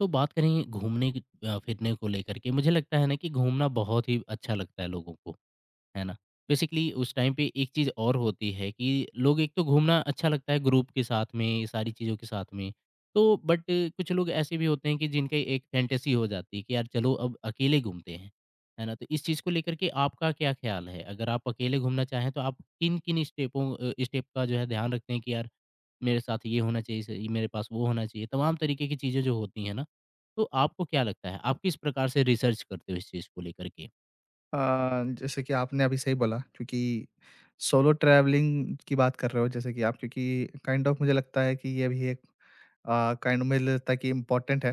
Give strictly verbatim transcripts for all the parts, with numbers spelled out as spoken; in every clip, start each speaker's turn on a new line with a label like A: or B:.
A: तो बात करें घूमने की। अ, फिरने को लेकर के मुझे लगता है ना कि घूमना बहुत ही अच्छा लगता है लोगों को, है ना? बेसिकली उस टाइम पे एक चीज़ और होती है कि लोग एक तो घूमना अच्छा लगता है ग्रुप के साथ में, ये सारी चीज़ों के साथ में। तो बट कुछ लोग ऐसे भी होते हैं कि जिनकी एक फैंटेसी हो जाती है कि यार चलो अब अकेले घूमते हैं, है ना? तो इस चीज़ को लेकर के आपका क्या ख़्याल है? अगर आप अकेले घूमना चाहें तो आप किन-किन स्टेपों अ, स्टेप का जो है ध्यान रखते हैं कि यार मेरे साथ ये होना चाहिए, स मेरे पास वो होना चाहिए, तमाम तरीके की चीज़ें जो होती हैं ना, तो आपको क्या लगता है? आप किस प्रकार से रिसर्च करते हो इस चीज़ को लेकर के?
B: अ, जैसे कि आपने अभी सही बोला क्योंकि सोलो ट्रैवलिंग की बात कर रहे हो जैसे कि आप क्योंकि काइंड ऑफ मुझे लगता है कि ये भी एक अ, काइंड ऑफ मुझे लगता है कि इम्पोर्टेंट है।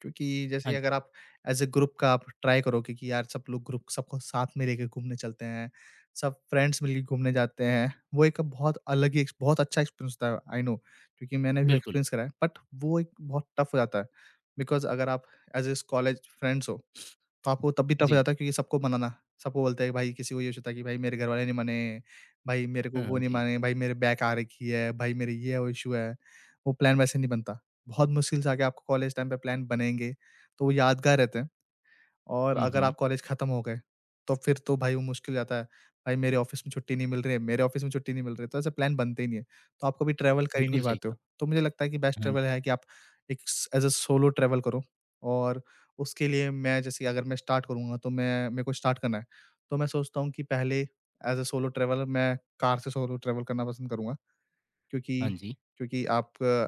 B: क्योंकि
A: हाँ
B: जैसे
A: जी,
B: अगर आप एज ए ग्रुप का आप ट्राई करो कि, कि यार सब लोग ग्रुप सबको साथ में लेके घूमने चलते हैं, सब फ्रेंड्स मिलके घूमने जाते हैं, वो एक बहुत अलग ही ex- बहुत अच्छा एक्सपीरियंस होता है आई नो, क्योंकि मैंने भी
A: बिल्कुल।
B: एक्सपीरियंस करा है। बट वो एक बहुत टफ हो जाता है बिकॉज अगर आप एज ए कॉलेज फ्रेंड्स हो, तो आपको तब भी टफ हो
A: जी।
B: जाता है क्योंकि सबको मनाना, सबको बोलते हैं भाई, किसी को ये होता है कि भाई मेरे घरवाले नहीं माने, भाई मेरे को
A: हाँ,
B: वो
A: हाँ,
B: नहीं
A: जी।
B: माने, भाई मेरे बैक आ रखी है, भाई मेरे ये वो इश्यू है, वो प्लान वैसे नहीं बनता। बहुत मुश्किल से आके आपको कॉलेज टाइम पे प्लान बनेंगे, तो वो यादगार रहते हैं। और
A: हुँ,
B: अगर
A: हुँ।
B: आप कॉलेज खत्म हो गए, तो फिर तो भाई वो मुश्किल हो जाता है। भाई मेरे ऑफ़िस में छुट्टी नहीं मिल रही है, मेरे ऑफ़िस में छुट्टी नहीं मिल रही है, तो ऐसे प्लान बनते ही नहीं है। तो आप कभी ट्रैवल कर ही
A: बिल्कुल
B: नहीं
A: सही
B: पाते
A: कहा।
B: हो। तो मुझे लगता है कि बेस्ट
A: हाँ
B: ट्रैवल
A: जी,
B: है कि आप एक स एज़ अ सोलो ट्रैवल करो। और उसके लिए मैं, जैसे अगर मैं स्टार्ट करूँगा, तो मैं मेरे को स्टार्ट करना है, तो मैं सोचता हूँ कि पहले एज़ अ सोलो ट्रैवलर मैं कार से सोलो ट्रैवल करना पसंद करूँगा।
A: हाँ
B: क्योंकि
A: जी।
B: क्योंकि आप अ,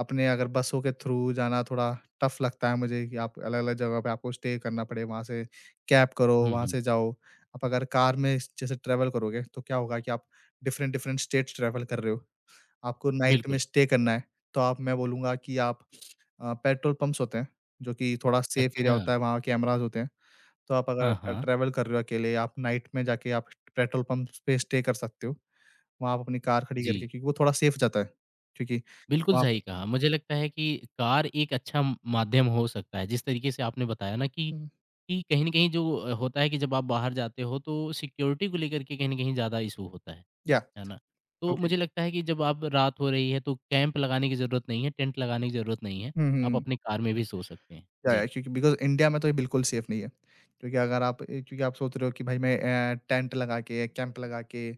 B: अपने अगर बसों के थ्रू जाना थोड़ा टफ लगता है मुझे, कि आप अलग-अलग जगह पे आपको स्टे करना पड़े, वहाँ से कैब करो,
A: हुँ,
B: वहाँ
A: हुँ।
B: से जाओ। आप अगर कार में जैसे ट्रैवल करोगे, तो क्या होगा कि आप डिफरेंट-डिफरेंट स्टेट्स ट्रैवल कर रहे हो। आपको नाइट में
A: बिल्कुल।
B: स्टे करना है, तो आप, मैं बोलूँगा कि आप, अ, पेट्रोल पंप्स होते हैं, जो कि थोड़ा सेफ एरिया
A: अच्छा।
B: होता है, वहाँ कैमराज़ होते हैं। तो आप अगर
A: हाँ,
B: अ,
A: हाँ।
B: ट्रैवल कर रहे हो अकेले, आप नाइट में जाके आप पेट्रोल पंप्स पे स्टे कर सकते हो। वहाँ आप अपनी कार खड़ी
A: जी।
B: करके, क्योंकि वो थोड़ा सेफ जाता है, क्योंकि
A: बिल्कुल
B: वहाँ पे
A: सही कहा। मुझे लगता है कि कार एक अच्छा म- माध्यम हो सकता है। जिस तरीके से आपने बताया ना कि
B: हुँ,
A: कि कहीं न कहीं जो अ, होता है कि जब आप बाहर जाते हो तो सिक्योरिटी को लेकर के कहीं न कहीं ज़्यादा इशू होता है,
B: या
A: है ना? तो
B: ओके,
A: मुझे लगता है कि जब आप रात हो रही है तो कैंप लगाने की ज़रूरत नहीं है, टेंट लगाने की ज़रूरत नहीं है,
B: हुँ,
A: आप
B: हुँ।
A: अपनी कार में भी सो सकते हैं।
B: या, या
A: जी,
B: क्योंकि बिकॉज़ इंडिया में तो ये बिल्कुल सेफ नहीं है, क्योंकि अगर आप ए क्योंकि आप सोच रहे हो कि भाई मैं अ, टेंट लगा के, कैंप लगा के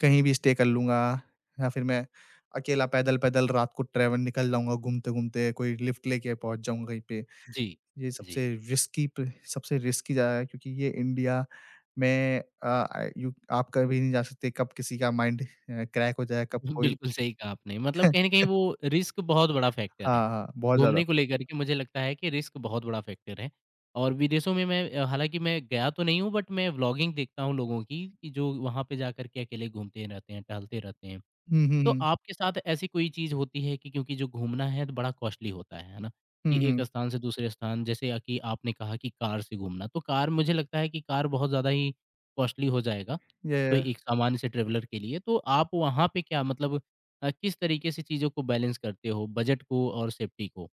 B: कहीं भी स्टे कर लूँगा, या फिर मैं अकेला पैदल-पैदल रात को ट्रैवल निकल जाऊँगा घूमते-घूमते, कोई लिफ्ट लेके पहुँच जाऊँगा कहीं पे।
A: जी,
B: ये
A: जी।
B: सबसे रिस्की प सबसे रिस्की ज़्यादा है क्योंकि ये इंडिया में अ, यू आप कभी नहीं जा सकते, कब किसी का माइंड अ, क्रैक हो जाए, कब कोई
A: बिल्कुल सही कहा आपने, मतलब कहीं न कहीं वो रिस्क बहुत बड़ा फैक्टर है।
B: हाँ, हाँ, बहुत ज़्यादा।
A: घूमने को लेकर के मुझे लगता है कि रिस्क बहुत बड़ा फैक्टर है और विदेशों में मैं अ, हालाँकि मैं गया तो नहीं हूँ बट मैं व्लॉगिंग देखता हूँ लोगों की, कि जो वहाँ पे जाकर के अकेले घूमते रहते हैं, टहलते रहते हैं।
B: हुँ, हुँ,
A: तो
B: हुँ।
A: आपके साथ ऐसी कोई चीज़ होती है कि क्योंकि जो घूमना है तो बड़ा कॉस्टली होता है, है ना? कि
B: हुँ,
A: एक
B: हुँ।
A: स्थान से दूसरे स्थान जैसे अ, कि आपने कहा कि कार से घूमना, तो कार मुझे लगता है कि कार बहुत ज़्यादा ही कॉस्टली हो जाएगा, कोई
B: या,
A: एक सामान्य से ट्रैवलर के लिए। तो आप वहाँ पे क्या मतलब अ, किस तरीके से चीज़ों को बैलेंस करते हो, बजट को और सेफ्टी को?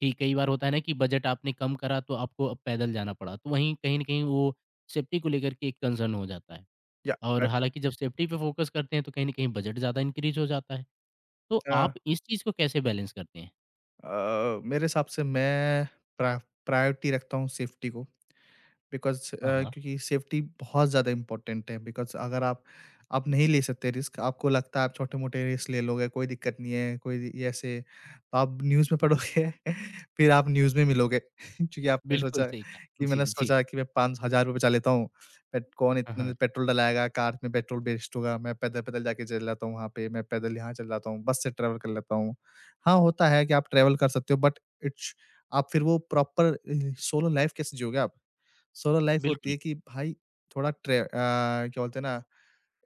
A: कि कई बार होता है ना कि बजट आपने कम करा तो आपको अब पैदल जाना पड़ा, तो वहीं कहीं न कहीं वो सेफ्टी को लेकर के एक कंसर्न हो जाता है।
B: या
A: और
B: बट
A: हालाँकि जब सेफ्टी पे फ़ोकस करते हैं तो कहीं न कहीं बजट ज़्यादा इंक्रीज़ हो जाता है। तो
B: अ,
A: आप इस चीज़ को कैसे बैलेंस करते हैं?
B: अ, मेरे हिसाब से मैं प्रा प्रायोरिटी रखता हूँ सेफ्टी को। बिकॉज़ अ,
A: हाँ, हाँ।
B: क्योंकि सेफ्टी बहुत ज़्यादा इम्पोर्टेंट है। बिकॉज़ अगर आप, आप नहीं ले सकते रिस्क, आपको लगता है आप छोटे-मोटे रिस्क ले लोगे, कोई दिक्कत नहीं है, कोई ये ऐसे, तो आप न्यूज़ में पढ़ोगे फिर आप न्यूज़ में मिलोगे क्योंकि आपने
A: बिल्कुल
B: सोचा
A: सही कहा।
B: कि
A: जी,
B: मैंने
A: जी।
B: सोचा कि मैं पाँच हज़ार रुपए बचा लेता हूँ, बट कौन
A: हाँ, हाँ।
B: इतने पेट्रोल डलाएगा, कार में पेट्रोल वेस्ट होगा, मैं पैदल-पैदल जाके चले जाता हूँ वहाँ पे, मैं पैदल यहाँ चल जाता हूँ, बस से ट्रैवल कर लेता हूँ। हाँ, होता है कि आप ट्रैवल कर सकते हो, बट इट्स, आप फिर वो प्रॉपर अ, सोलो लाइफ़ कैसे जियोगे आप? सोलो लाइफ होती
A: बिल्कुल।
B: है कि भाई थोड़ा ट्रे अ, क्या बोलते हैं ना,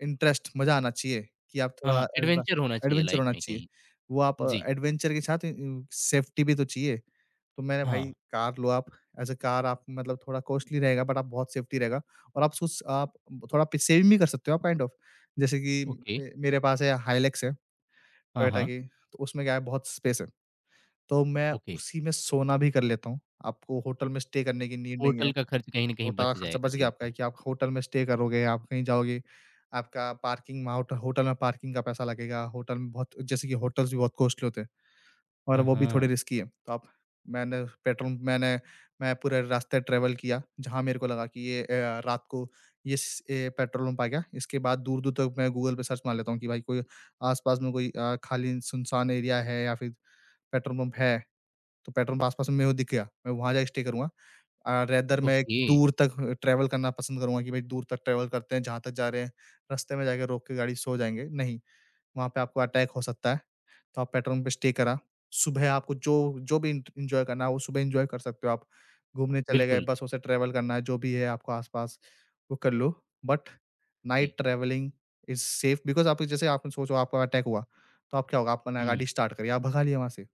B: इंटरेस्ट, मज़ा आना चाहिए कि आप थोड़ा
A: हाँ,
B: एडव
A: एडवेंचर होना चाहिए
B: एडवेंचर
A: लाइफ़
B: होना
A: में
B: चाहिए।
A: कहीं।
B: वो आप
A: जी,
B: एडवेंचर के साथ उ सेफ्टी भी तो चाहिए। तो मैंने
A: हाँ,
B: भाई, कार लो आप, एज़ अ कार आप मतलब थोड़ा कॉस्टली रहेगा बट आप बहुत सेफ्टी रहेगा। और आप सुस आप थोड़ा पे सेविंग भी कर सकते हो आप काइंड ऑफ। जैसे कि
A: ओके।
B: मे मेरे पास है हाइलेक्स है,
A: हाँ,
B: टोयोटा
A: हाँ,
B: की, तो उसमें क्या है बहुत स्पेस है। तो मैं
A: ओके।
B: उसी में सोना भी कर लेता हूँ। आपको होटल में स्टे करने की नीड नहीं है।
A: होटल का खर्च कहीं न कहीं
B: होटल का
A: बच
B: खर्चा
A: जाएगा
B: बच गया
A: जी
B: आपका
A: का।
B: कि आप होटल में स्टे करोगे, आप कहीं जाओगे, आपका पार्किंग वहाँ होट होटल में पार्किंग का पैसा लगेगा, होटल में बहुत जैसे कि होटल्स भी बहुत कॉस्टली होते हैं और
A: हाँ,
B: वो भी
A: हाँ,
B: थोड़े रिस्की है। तो आप, मैंने पेट्रोल मैंने मैं पूरे रास्ते ट्रैवल किया, जहाँ मेरे को लगा कि ये अ, रात को ये स ए, पेट्रोल पंप आ गया, इसके बाद दूर-दूर तक मैं गूगल पे सर्च मार लेता हूँ कि भाई कोई आस-पास में कोई अ, खाली सुनसान एरिया है या फिर पेट्रोल पंप है, तो पेट्रोल पंप आस-पास में मेरे को दिख गया, मैं वहाँ जाके स्टे करूँगा। अ, रेदर मैं एक
A: ओके।
B: दूर तक ट्रैवल करना पसंद करूँगा कि भाई दूर तक ट्रैवल करते हैं, जहाँ तक जा रहे हैं, रास्ते में जाके रोक के गाड़ी सो जाएँगे, नहीं, वहाँ पे आपको अटैक हो सकता है, तो आप पेट्रोल पंप पे स्टे करा। सुबह आपको जो जो भी इंट एन्जॉय करना है, वो सुबह एन्जॉय कर सकते हो आप। घूमने चले गए,
A: बिल्कुल,
B: बसों से ट्रैवल करना है, जो भी है आपको आस-पास, वो कर लो। बट
A: जी।
B: Night travelling is safe because आप, जैसे आपने सोचो आपका अटैक हुआ, तो आप क्या होगा? आपने
A: हुँ,
B: गाड़ी स्टार्ट करी, आप भगा लिए वहाँ से,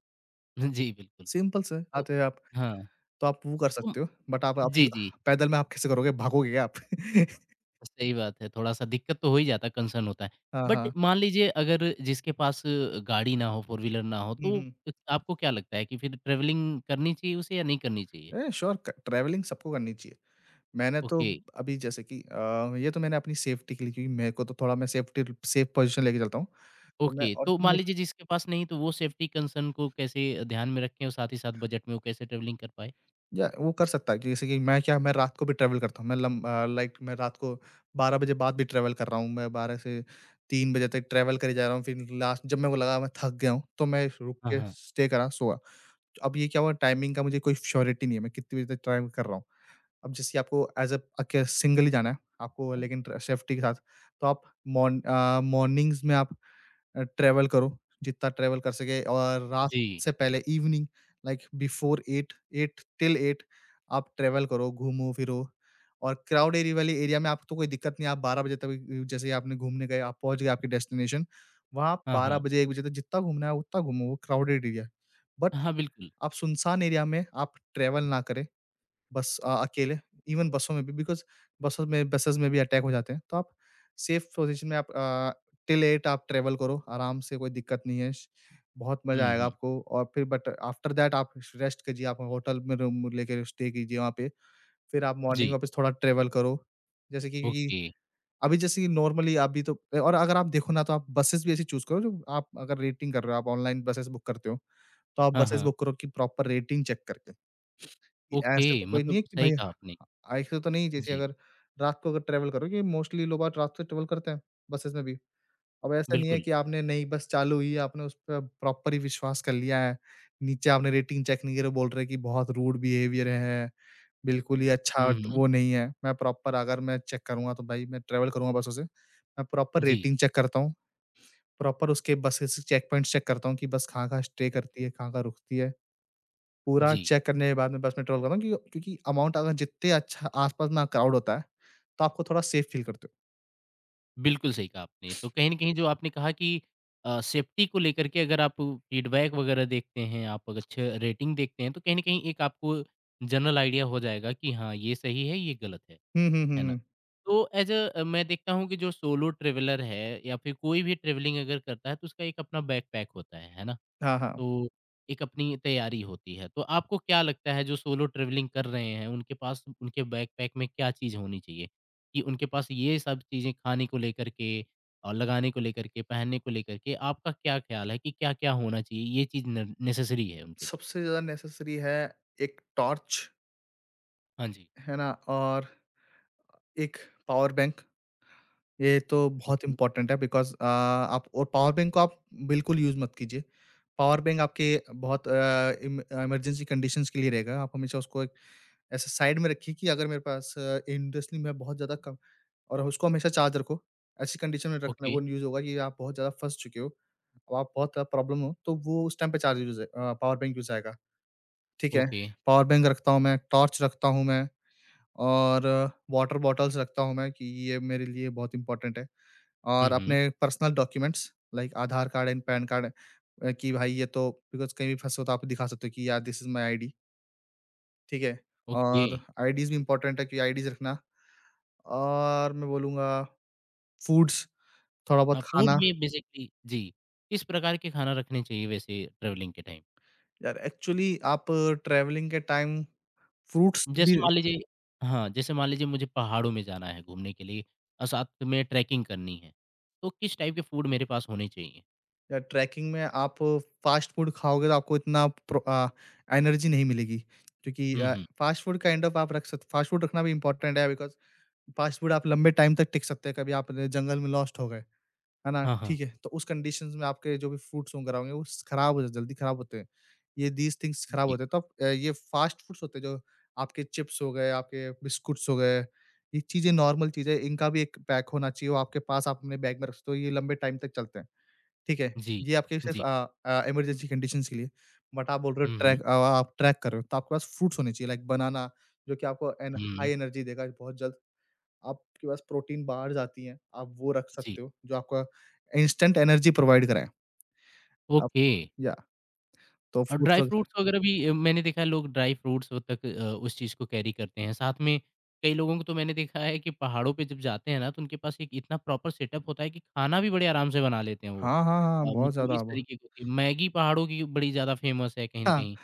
A: जी बिल्कुल।
B: सिंपल सा है।
A: तो
B: आते हैं आप,
A: हाँ,
B: तो आप वो कर
A: तो
B: सकते हो, बट आप अभी
A: जी, जी।
B: पैदल में आप कैसे करोगे? भागोगे क्या आप?
A: सही बात है, थोड़ा-सा दिक्कत तो हो ही जाता है, कंसर्न होता है।
B: हाँ,
A: बट
B: हाँ।
A: मान लीजिए अगर जिसके पास गाड़ी ना हो, फ़ोर व्हीलर ना हो,
B: हुँ,
A: तो
B: हुँ।
A: आपको क्या लगता है कि फिर ट्रैवलिंग करनी चाहिए उसे या नहीं करनी चाहिए?
B: ए, श्योर क ट्रैवलिंग सबको करनी चाहिए। मैंने तो
A: ओके,
B: अभी, जैसे कि अ, ये तो मैंने अपनी सेफ्टी के लिए, क्योंकि मेरे को तो थोड़ा मैं सेफ्टी सेफ पोज़ीशन लेके चलता हूँ। तो मैं
A: ओके,
B: और
A: तो मान
B: मैं
A: लीजिए जिसके पास नहीं तो वो सेफ्टी कंसर्न को कैसे ध्यान में रखें और साथ ही साथ बजट में वो कैसे ट्रैवलिंग कर पाए?
B: या वो कर
A: जी।
B: सकता है कि जैसे कि मैं, क्या, मैं रात को भी ट्रैवल करता हूँ। मैं लम अ, लाइक मैं रात को बारह बजे बाद भी ट्रैवल कर रहा हूँ। मैं बारह से तीन बजे तक ट्रैवल करे जा रहा हूँ। फिर लास्ट जब मेरे को लगा मैं थक गया हूँ, तो मैं रुक
A: हाँ,
B: के
A: हाँ।
B: स्टे करा, सोया। तो अब ये क्या हुआ, टाइमिंग का मुझे कोई श्योरिटी नहीं है, मैं कितनी बजे तक ट्रैवल कर रहा हूँ। अब जैसे आपको एज़ अ अके सिंगल ही जाना है, आपको लेकिन ट्र सेफ्टी के साथ, तो आप मॉर्न अ, मॉर्निंग्स में आप अ, ट्रैवल करो, जितना ट्रैवल कर सके, और रात
A: जी।
B: से पहले evening, like before eight, eight till eight आप ट्रैवल करो, घूमो-फिरो, और क्राउड एरिया वाले एरिया में आपको कोई दिक्कत नहीं है, आप बारह बजे तक अ, जैसे ही आपने घूमने गए, आप पहुँच गए आपके डेस्टिनेशन, वहाँ आप
A: हाँ,
B: बारह
A: हाँ।
B: बजे एक बजे तक जितना घूमना है उतना घूमो, वो क्राउडेड एरिया है। बट
A: हाँ, बिल्कुल।
B: आप सुनसान एरिया में आप ट्रैवल ना करें, बस अ, अकेले, इवन बसों में भी, बिकॉज़ बसों में बसेस में भी अटैक हो जाते हैं। तो आप सेफ पोज़ीशन में आप अ, टिल आठ आप ट्रैवल करो, आराम से कोई दिक्कत नहीं है। श बहुत मज़ा
A: हुँ,
B: आएगा
A: हुँ।
B: आपको, और फिर बट आफ्टर दैट आप श रेस्ट कीजिए, आप होटल में रूम लेके स्टे कीजिए वहाँ पे। फिर आप मॉर्निंग
A: जी।
B: वापस थोड़ा ट्रैवल करो। जैसे कि कि
A: ओके।
B: अभी जैसे कि नॉर्मली अभी तो, और अगर आप देखो ना, तो आप बसेस भी ऐसी चूज़ करो, जो आप अगर रेटिंग कर रहे हो, आप ऑनलाइन बसेस बुक करते हो, तो आप
A: हाँ,
B: बसेस
A: हाँ।
B: बुक करो कि प्रॉपर रेटिंग चेक करके। कि ऐसे
A: ओके,
B: तो कोई नहीं
A: मतलब
B: है कि
A: सही
B: भाई,
A: कहा आपने।
B: ऐसे तो नहीं, जैसे
A: जी,
B: अगर रात को अगर ट्रैवल करोगे, मोस्टली लोग बाग रात को ट्रैवल करते हैं, बसेस में भी। अब ऐसा नहीं है
A: बिल्कुल।
B: कि आपने नई बस चालू हुई है, आपने उस पे प्रॉपर ही विश्वास कर लिया है। नीचे आपने रेटिंग चेक नहीं करी, बोल रहे हैं कि बहुत रूड बिहेवियर है, बिल्कुल ही अच्छा
A: हुँ,
B: ट
A: हुँ।
B: वो नहीं है। मैं प्रॉपर, अगर मैं चेक करूँगा तो भाई, मैं ट्रैवल करूँगा बसों से, मैं प्रॉपर
A: जी,
B: रेटिंग चेक करता हूँ, प्रॉपर उसके बसेस चेक पॉइंट्स चेक करता हूँ कि बस कहाँ-कहाँ स्टे करती है, कहाँ-कहाँ रुकती है। पूरा
A: जी।
B: चेक करने के बाद मैं बस में ट्रोल करता हूँ, क्यों, क्योंकि अमाउंट अगर जितने अच्छा आस-पास ना क्राउड होता है, तो आपको थोड़ा सेफ फ़ील करते हो।
A: बिल्कुल सही कहा आपने। तो कहीं न कहीं जो आपने कहा कि अ, सेफ्टी को लेकर के अगर आप फीडबैक वगैरह देखते हैं, आप अगर अच्छे रेटिंग देखते हैं, तो कहीं न कहीं एक आपको जनरल आइडिया हो जाएगा कि हाँ, ये सही है, ये गलत है।
B: हुँ, हुँ, हुँ,
A: है ना?
B: हुँ।
A: तो ऐज़ अ, मैं देखता हूँ कि जो सोलो ट्रैवलर है या फिर कोई भी ट्रैवलिंग अगर करता है, तो उसका एक अपना बैकपैक होता है। है ना?
B: हाँ, हाँ।
A: तो एक अपनी तैयारी होती है। तो आपको क्या लगता है जो सोलो ट्रैवलिंग कर रहे हैं उनके पास उनके बैकपैक में क्या चीज़ होनी चाहिए? कि उनके पास ये सब चीज़ें खाने को लेकर के और लगाने को लेकर के, पहनने को लेकर के आपका क्या ख़्याल है कि क्या-क्या होना चाहिए? ये चीज़ न नेसेसरी है उनके लिए?
B: सबसे ज़्यादा नेसेसरी है एक टॉर्च,
A: हाँ जी।
B: है ना? और एक पावर बैंक, ये तो बहुत
A: ओके,
B: इम्पोर्टेंट है बिकॉज़ अ, आप और पावर बैंक को आप बिल्कुल यूज़ मत कीजिए। पावर बैंक आपके बहुत अ, इम इमरजेंसी कंडीशंस के लिए रहेगा, आप हमेशा उसको एक ऐसे साइड में रखिए कि अगर मेरे पास अ, इंडस्ट्री में बहुत ज़्यादा कम और उसको हमेशा चार्ज रखो। ऐसी कंडीशन में रखना
A: ओके,
B: वो यूज़ होगा कि आप बहुत ज़्यादा फँस चुके हो, अब आप बहुत ज़्यादा प्रॉब्लम हो, तो वो उस टाइम पे charge use uh, power bank use आएगा। ठीक है?
A: ओके।
B: पावर बैंक रखता हूँ मैं, टॉर्च रखता हूँ मैं और वाटर बॉटल्स रखता हूँ मैं कि ये मेरे लिए बहुत इम्पोर्टेंट है।
A: हुँ,
B: और
A: हुँ।
B: अपने personal documents like Aadhaar card and PAN card, uh, कि भाई ये तो बिकॉज़ कहीं भी फँसे हो तो आप दिखा सकते हो कि यार, दिस इज़ माय आईडी। ठीक है?
A: ओके।
B: और आईडीज़ भी इम्पोर्टेंट है कि आईडीज़ रखना और मैं बोलूँगा फूड्स, थोड़ा
A: हाँ,
B: बहुत
A: फूड
B: खाना।
A: में बेसिकली जी, किस प्रकार के खाना रखने चाहिए वैसे ट्रैवलिंग के टाइम?
B: यार एक्चुअली आप ट्रैवलिंग के टाइम फ्रूट्स
A: जैसे
B: भी
A: मान लीजिए हाँ, जैसे मान लीजिए मुझे पहाड़ों में जाना है घूमने के लिए और साथ में ट्रैकिंग करनी है, तो किस टाइप के फूड मेरे पास होने चाहिए?
B: या ट्रैकिंग में आप फ़ास्ट फूड खाओगे तो आपको इतना प्रो अ, एनर्जी नहीं मिलेगी क्योंकि
A: हुँ,
B: अ,
A: हुँ।
B: फ़ास्ट फूड काइंड ऑफ आप रख सकते फ़ास्ट फूड रखना भी इम्पोर्टेंट है बिकॉज़ फ़ास्ट फूड आप लंबे टाइम तक टिक सकते हैं, कभी आप जंगल में लॉस्ट हो गए। है ना?
A: हाँ, हाँ।
B: ठीक है, तो उस कंडीशंस में आपके जो भी फ्रूट्स वगैरह होंगे वो स खराब हो जाते, जल्दी खराब होते हैं। ये दीज़ थिंग्स खराब
A: जी,
B: होते हैं तो आप अ, ये फास्ट फूड्स होते हैं जो आपके चिप्स हो गए, आपके बिस्कुट्स हो गए, ये चीज़ें नॉर्मल चीज़ें हैं, इनका भी एक पैक होना चाहिए वो आपके पास आप अपने बैग में रख सकते हो, ये लंबे टाइम तक चलते हैं। ठीक है,
A: जी,
B: ये आपके सिर्फ़
A: जी।
B: अ अ, इमरजेंसी कंडीशंस के लिए, बट आप बोल रहे हो
A: हुँ, हुँ।
B: ट्रैक अ, आप ट्रैक कर रहे हो तो आपके पास फ्रूट्स होने चाहिए लाइक बनाना जो कि आपको एन
A: हुँ,
B: हाई एनर्जी देगा बहुत जल्द। आपके पास प्रोटीन बार्स आती हैं, आप वो रख
A: जी।
B: सकते हो, जो आपका इंस्टेंट एनर्जी प्रोवाइड कराएँ। आप
A: ओके।
B: या तो
A: और
B: फ्रूट्स
A: ड्राई
B: वग
A: फ्रूट्स वगैरह भी अ, मैंने देखा है लोग ड्राई फ्रूट्स तक अ, उस चीज़ को कैरी करते हैं। साथ में कई लोगों को तो मैंने देखा है कि पहाड़ों पे जब जाते हैं ना, तो उनके पास एक इतना प्रॉपर सेटअप होता है कि खाना भी बड़े आराम से बना लेते हैं वो।
B: हाँ, हाँ, हाँ,
A: अ,
B: बहुत
A: मतलब
B: ज़्यादा
A: इस
B: अब।
A: तरीके की मैगी पहाड़ों की बड़ी ज़्यादा फ़ेमस है कहीं न
B: हाँ,
A: कहीं।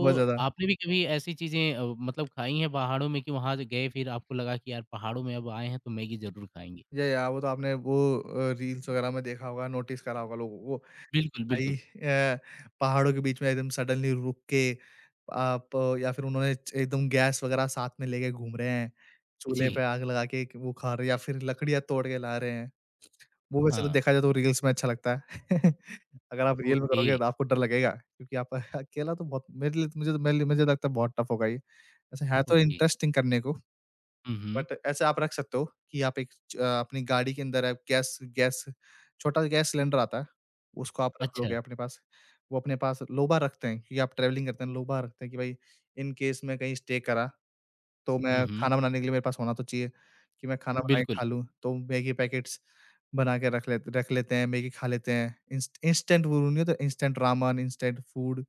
B: बहुत ज़्यादा।
A: आपने भी कभी ऐसी चीज़ें अ, मतलब खाई हैं पहाड़ों में कि वहाँ ज गए फिर आपको लगा कि यार पहाड़ों में अब आए हैं तो मैगी ज़रूर खाएँगे?
B: या या वो तो आपने वो अ, रील्स वगैरह में देखा होगा, नोटिस करा होगा लोगों को।
A: बिल्कुल,
B: भाई,
A: बिल्कुल।
B: अ, पहाड़ों के बीच में एकदम सडनली रुक के आप या फिर उन्होंने च एकदम गैस वगैरह साथ में लेके घूम रहे हैं, चूल्हे
A: जी,
B: पे आग लगा के एक वो खा रहे हैं या फिर लकड़ियाँ तोड़ के ला रहे हैं। वो वैसे तो
A: हाँ।
B: देखा जाए तो रील्स में अच्छा लगता है। अगर आप रियल में
A: ओके,
B: करोगे तो आपको डर लगेगा क्योंकि आप अकेला तो बहुत मेरे लिए तो- मुझे तो मेरे लिए मुझे लगता है बहुत टफ होगा ये। वैसे है तो
A: ओके।
B: इंटरेस्टिंग करने को
A: हुँ, हुँ।
B: बट ऐसे आप रख सकते हो कि आप एक च अ, अपनी गाड़ी के अंदर आप गैस गैस छोटा गैस सिलेंडर आता है, उसको आप रख लोगे
A: अच्छा।
B: अपने पास। वो अपने पास लोबा रखते हैं क्योंकि आप ट्रैवलिंग करते हैं, लोबा रखते हैं कि भाई इन केस मैं कहीं स्टे करा तो
A: हुँ,
B: मैं
A: हुँ।
B: खाना बनाने के लिए मेरे पास होना तो चाहिए, कि मैं खाना बना के
A: बिल्कुल।
B: खा लूँ, तो मैगी पैकेट्स बना के रख लेत रख लेते हैं, मैगी खा लेते हैं। इंस्ट इंस्टेंट वो नहीं होता instant ramen, instant food,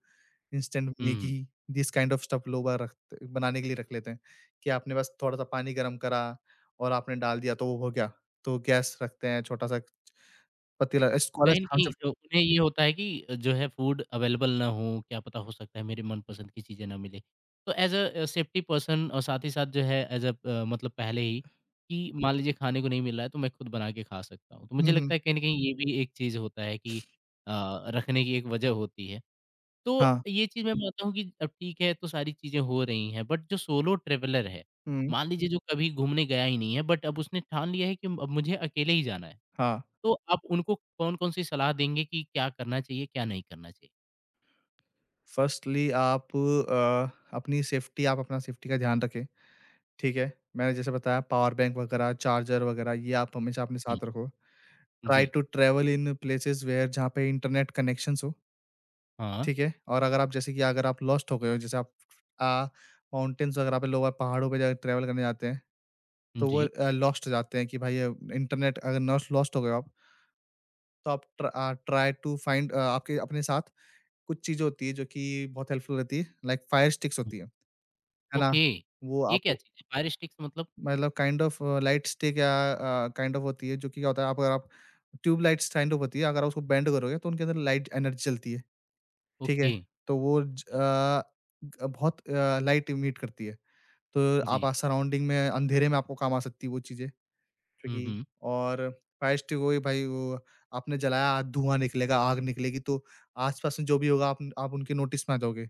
B: instant
A: हुँ, हुँ।
B: Maggi, this kind of stuff लोग बाग रखते बनाने के लिए रख लेते हैं, कि आपने बस थोड़ा-सा पानी गर्म करा और आपने डाल दिया तो वो हो गया। तो गैस रखते हैं छोटा-सा पतीला।
A: कहीं न कहीं अ, उन्हें ये होता है कि अ, जो है फूड अवेलेबल ना हो, क्या पता हो सकता है मेरे मनपसंद की चीज़ें ना मिले। तो एज़ अ, सेफ्टी पर्सन और साथ ही साथ जो है एज़ अ, प मतलब पहले ही कि मान लीजिए खाने को नहीं मिल रहा है तो मैं खुद बना के खा सकता हूँ। तो मुझे
B: हुँ,
A: लगता
B: हुँ।
A: है कहीं न कहीं ये भी एक चीज़ होता है कि अ, रखने की एक वजह होती है। तो
B: हाँ,
A: ये चीज़ मैं मानता हूँ कि अब ठीक है तो सारी चीज़ें हो रही हैं, बट जो सोलो ट्रैवलर है,
B: हुँ,
A: मान लीजिए जो कभी घूमने गया ही नहीं है बट अब उसने ठान लिया है कि अब मुझे अकेले ही जाना है।
B: हाँ।
A: तो आप उनको कौन-कौन सी सलाह देंगे कि क्या करना चाहिए, क्या नहीं करना चाहिए?
B: फर्स्टली आप, अ, अपनी सेफ्टी आप अपना सेफ्टी का ध्यान रखें। ठीक है? मैंने जैसे बताया पावर बैंक वगैरह, चार्जर वगैरह ये आप हमेशा अपने साथ रखो।
A: हुँ,
B: ट्राई
A: जी।
B: To travel in places where जहाँ पे इंटरनेट कनेक्शंस हो,
A: हाँ,
B: ठीक है? और अगर आप जैसे कि अगर आप लॉस्ट हो गए हो, जैसे आप, अ, माउंटेन्स वगैरह पे लोग आप पहाड़ों पे जाके ट्रैवल करने जाते हैं, तो वो
A: जी।
B: अ, लॉस्ट हो जाते हैं कि भाई, अ, इंटरनेट अगर नॉस लॉस्ट हो गए हो आप, तो आप ट्र uh, try to find uh, आपके अपने साथ कुछ चीज़ें होती है जो कि बहुत हेल्पफुल रहती है, लाइक फायर स्टिक्स
A: हुँ,
B: होती है, है ना?
A: ओके,
B: वो
A: ये क्या
B: आपको
A: चीज़ है? फायर स्टिक्स मतलब
B: मतलब काइंड ऑफ लाइट स्टिक या अ, काइंड ऑफ होती है जो कि क्या होता है आप अगर आप ट्यूब लाइट्स काइंड ऑफ होती है अगर आप उसको बेंड करोगे तो उनके अंदर लाइट एनर्जी चलती है, ठीक है?
A: ओके,
B: तो वो ज अ,
A: जी,
B: ग बहुत अ, लाइट इमिट करती है। तो आप
A: जी।
B: आ सराउंडिंग में अंधेरे में आपको काम आ सकती है वो चीज़ें
A: हुँ,
B: क्योंकि
A: हुँ,
B: और फायर स्टिक हो गई भाई, वो आपने जलाया धुआँ निकलेगा, आग निकलेगी तो आस-पास में जो भी होगा आप आप उनके नोटिस में आ जाओगे।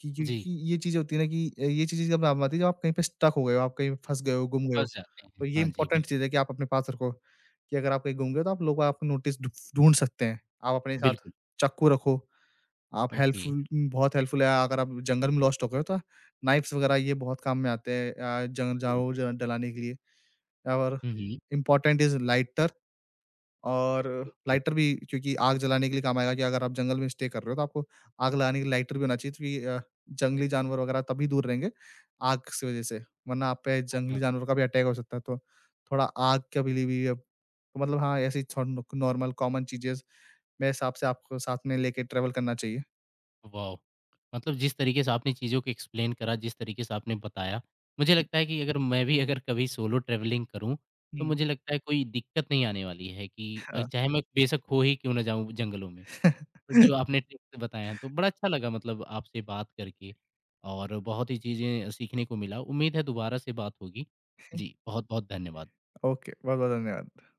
B: कि
A: जी,
B: क्योंकि ये चीज़ें होती है ना कि अ, ये चीज़ें जब काम आती है जब आप कहीं पे स्टक हो गए हो, आप कहीं फँस गए हो, गुम गए हो।
A: फँस जाते
B: तो
A: हैं।
B: ये
A: हाँ जी, बिल
B: इम्पोर्टेंट चीज़ है कि आप अपने पास रखो, कि अगर आप कहीं गुम गए हो तो आप लोग आपको नोटिस ढू ढूँढ सकते हैं। आप अपने साथ
A: बिल्कुल,
B: चाकू रखो, आप
A: ओके,
B: हेल्पफुल बहुत हेल्पफुल है अगर आप जंगल में लॉस्ट हो गए हो तो नाइफ्स वग़ैरह ये बहुत काम में आते हैं, अ, जंग
A: जी।
B: जाओ ज डलाने के लिए और
A: हुँ, हुँ,
B: इम्पोर्टेंट इज़ लाइटर और
A: ओके।
B: लाइटर भी क्योंकि आग जलाने के लिए काम आएगा कि अगर आप जंगल में स्टे कर रहे हो तो आपको आग लगाने के लिए लाइटर भी होना चाहिए क्योंकि अ, जंगली जानवर वगैरह तभी दूर रहेंगे आग की वजह से वरना आप पे
A: हाँ, हाँ।
B: जंगली जानवर का भी अटैक हो सकता है तो थोड़ा आग का भी भी अब तो मतलब हाँ ऐसी नॉर्मल कॉमन चीजें मेरे हिसाब से आपको साथ में लेके ट्रेवल करना चाहिए।
A: वॉव! मतलब जिस तरीके से आपने चीज़ों को एक्सप्लेन करा, जिस तरीके से आपने बताया, मुझे लगता है कि अगर मैं भी अगर कभी सोलो ट्रैवलिंग करूँ, तो
B: हुँ,
A: मुझे लगता है कोई दिक्कत नहीं आने वाली है कि अ,
B: हाँ।
A: चाहे मैं बेशक खो ही क्यों ना जाऊँ जंगलों में। तो जो आपने टिप्स बताए हैं, तो बड़ा अच्छा लगा मतलब आपसे बात करके और बहुत ही चीज़ें सीखने को मिला। उम्मीद है दोबारा से बात होगी। जी, बहुत-बहुत धन्यवाद।
B: ओके, बहुत-बहुत धन्यवाद।